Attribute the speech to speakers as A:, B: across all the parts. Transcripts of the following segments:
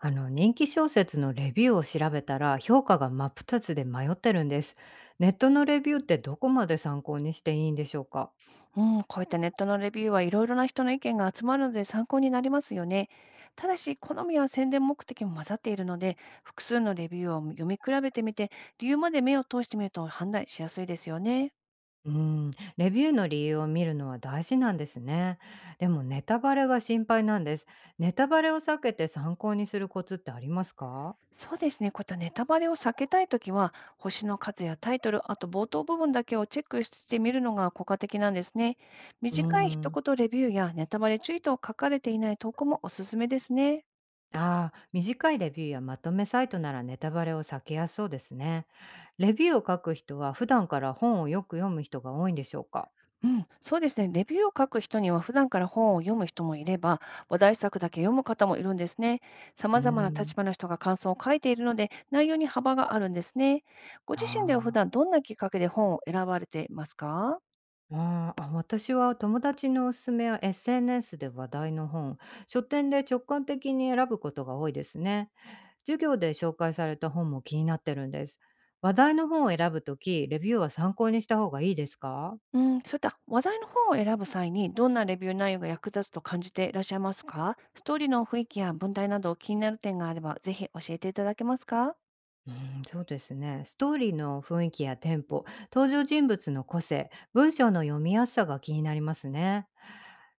A: あの人気小説のレビューを調べたら評価が真っ二つで迷ってるんです。ネットのレビューってどこまで参考にしていいんでしょうか？
B: うん、こういったネットのレビューはいろいろな人の意見が集まるので参考になりますよね。ただし、好みや宣伝目的も混ざっているので、複数のレビューを読み比べてみて、理由まで目を通してみると判断しやすいですよね。
A: うん、レビューの理由を見るのは大事なんですね。でもネタバレが心配なんです。ネタバレを避けて参考にするコツってありますか？
B: そうですね、こういったネタバレを避けたいときは、星の数やタイトル、あと冒頭部分だけをチェックしてみるのが効果的なんですね。
A: う
B: 短い一
A: ん。
B: 言レビューやネタバレ注意と書かれていない投稿もおすすめですね。
A: ああ、短いレビューやまとめサイトならネタバレを避けやすそうですね。レビューを書く人は普段から本をよく読む人が多いんでしょうか？
B: うん、そうですね。レビューを書く人には普段から本を読む人もいれば、話題作だけ読む方もいるんですね。様
A: う
B: 々な
A: ん。
B: 立場の人が感想を書いているので、内容に幅があるんですね。ご自身では普
A: ああ。
B: 段どんなきっかけで本を選ばれてますか？
A: ああ、私は友達のおすすめや SNS で話題の本、書店で直感的に選ぶことが多いですね。授業で紹介された本も気になってるんです。話題の本を選ぶとき、レビューは参考にした方がいいですか？
B: うん、そういった話題の本を選ぶ際に、どんなレビュー内容が役立つと感じていらっしゃいますか？ストーリーの雰囲気や文体など気になる点があれば、ぜひ教えていただけますか？
A: うん、そうですね。ストーリーの雰囲気やテンポ、登場人物の個性、文章の読みやすさが気になりますね。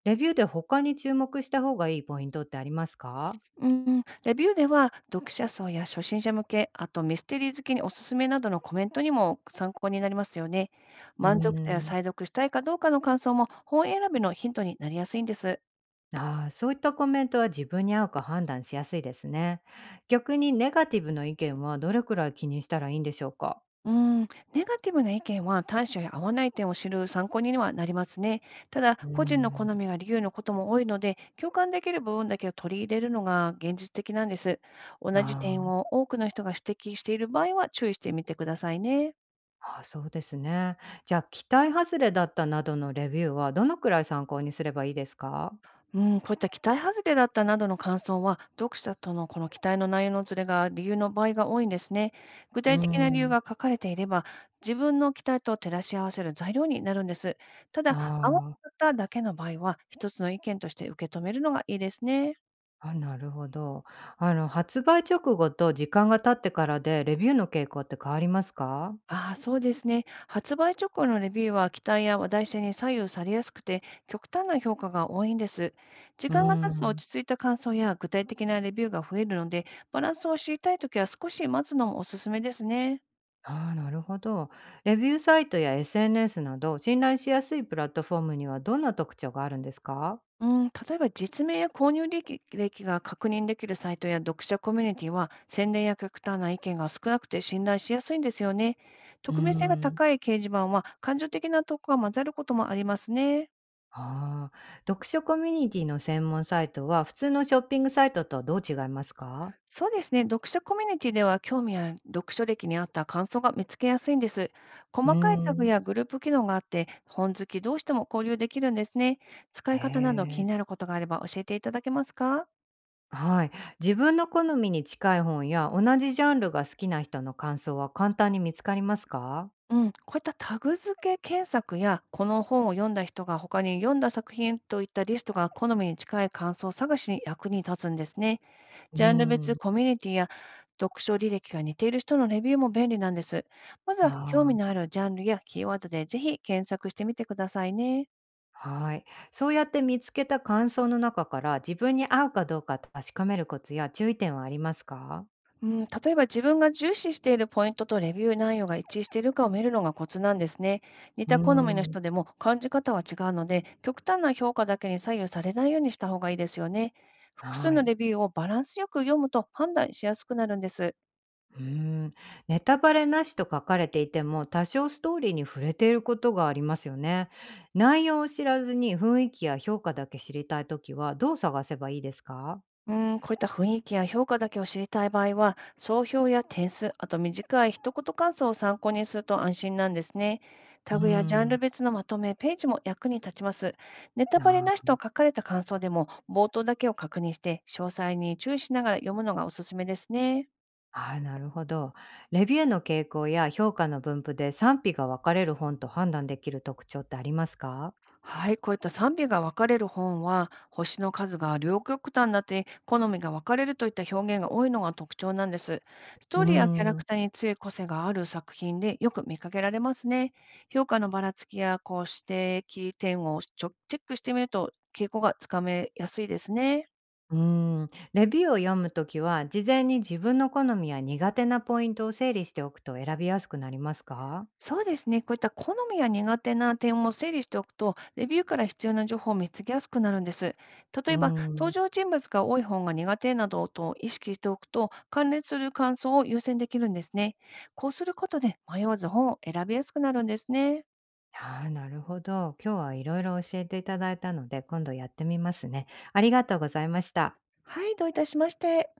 A: レビューで他に注目した方がいいポイントってありますか？
B: うん、レビューでは読者層や初心者向け、あとミステリー好きにおすすめなどのコメントにも参考になりますよね。
A: う
B: 満足度や
A: ん。
B: 再読したいかどうかの感想も本選びのヒントになりやすいんです。
A: ああ、そういったコメントは自分に合うか判断しやすいですね。逆にネガティブの意見はどれくらい気にしたらいいんでしょうか？
B: うん、ネガティブな意見は対処や合わない点を知る参考にはなりますね。ただ、
A: うー
B: 個人の好
A: ん。
B: みが理由のことも多いので、共感できる部分だけを取り入れるのが現実的なんです。同
A: あ
B: じ点
A: ー。
B: を多くの人が指摘している場合は注意してみてくださいね。
A: あー、そうですね。じゃあ、期待外れだったなどのレビューはどのくらい参考にすればいいですか？
B: うん、こういった期待外れだったなどの感想は、読者とのこの期待の内容のずれが理由の場合が多いんですね。具
A: うー
B: 体的な理由
A: ん。
B: が書かれていれば、自分の期待と照らし合わせる材料になるんです。た
A: あ
B: だ、合わ
A: ー。
B: なかっただけの場合は、一つの意見として受け止めるのがいいですね。
A: あ、なるほど。発売直後と時間が経ってからでレビューの傾向って変わりますか？
B: ああ、そうですね。発売直後のレビューは期待や話題性に左右されやすくて、極端な評価が多いんです。時
A: うー
B: 間が経つと
A: ん。
B: 落ち着いた感想や具体的なレビューが増えるので、バランスを知りたいときは少し待つのもおすすめですね。
A: ああ、なるほど。レビューサイトや SNS など、信頼しやすいプラットフォームにはどんな特徴があるんですか？
B: うん、例えば実名や購入履歴歴が確認できるサイトや読者コミュニティは宣伝や極端な意見が少なくて信頼しやすいんですよね。
A: うー
B: 匿名性が
A: ん。
B: 高い掲示板は感情的な投稿が混ざることもありますね。
A: ああ、読書コミュニティの専門サイトは普通のショッピングサイトとどう違いますか？
B: そうですね。読書コミュニティでは興味や読書歴に合った感想が見つけやすいんです。
A: うー
B: 細かいタグ
A: ん。
B: やグループ機能があって、本好き同士とも交流できるんですね。使
A: へ
B: い方など気にな
A: え。
B: ることがあれば教えていただけますか？
A: はい。自分の好みに近い本や同じジャンルが好きな人の感想は簡単に見つかりますか？
B: うん、こういったタグ付け検索や、この本を読んだ人が他に読んだ作品といったリストが好みに近い感想探しに役に立つんですね。
A: う
B: ジャンル
A: ー
B: 別
A: ん。
B: コミュニティや読書履歴が似ている人のレビューも便利なんです。まずは興
A: あ
B: 味の
A: あ。
B: あるジャンルやキーワードでぜひ検索してみてくださいね。
A: はい。そうやって見つけた感想の中から自分に合うかどうか確かめるコツや注意点はありますか？
B: うん、例えば自分が重視しているポイントとレビュー内容が一致しているかを見るのがコツなんですね。似
A: うー
B: た好みの
A: ん。
B: 人でも感じ方は違うので、極端な評価だけに左右されないようにした方がいいですよね。複数
A: は
B: のレ
A: い。
B: ビューをバランスよく読むと判断しやすくなるんです。
A: うーん。ネタバレなしと書かれていても多少ストーリーに触れていることがありますよね。内容を知らずに雰囲気や評価だけ知りたいときはどう探せばいいですか？
B: うーん、こういった雰囲気や評価だけを知りたい場合は、総評や点数、あと短い一言感想を参考にすると安心なんですね。
A: う
B: タ
A: ー
B: グやジャン
A: ん。
B: ル別のまとめ、ページも役に立ちます。ネタバレ
A: あ
B: なしと
A: ー。
B: 書かれた感想でも、冒頭だけを確認して、詳細に注意しながら読むのがおすすめですね。
A: あー、なるほど。レビューの傾向や評価の分布で賛否が分かれる本と判断できる特徴ってありますか？
B: はい、こういった賛美が分かれる本は、星の数が両極端になって好みが分かれるといった表現が多いのが特徴なんです。スト
A: う
B: ー
A: ー
B: リーやキャラク
A: ん。
B: ターに強い個性がある作品でよく見かけられますね。評価のばらつきやこう指摘点をチェックしてみると傾向がつかめやすいですね。
A: うーん、レビューを読むときは、事前に自分の好みや苦手なポイントを整理しておくと選びやすくなりますか？
B: そうですね。こういった好みや苦手な点を整理しておくと、レビューから必要な情報を見つけやすくなるんです。例
A: う
B: えば、
A: ー
B: 登
A: ん。
B: 場人物が多い本が苦手などと意識しておくと、関連する感想を優先できるんですね。こうすることで迷わず本を選びやすくなるんですね。
A: ああ、なるほど。今日はいろいろ教えていただいたので、今度やってみますね。ありがとうございました。
B: はい、どういたしまして。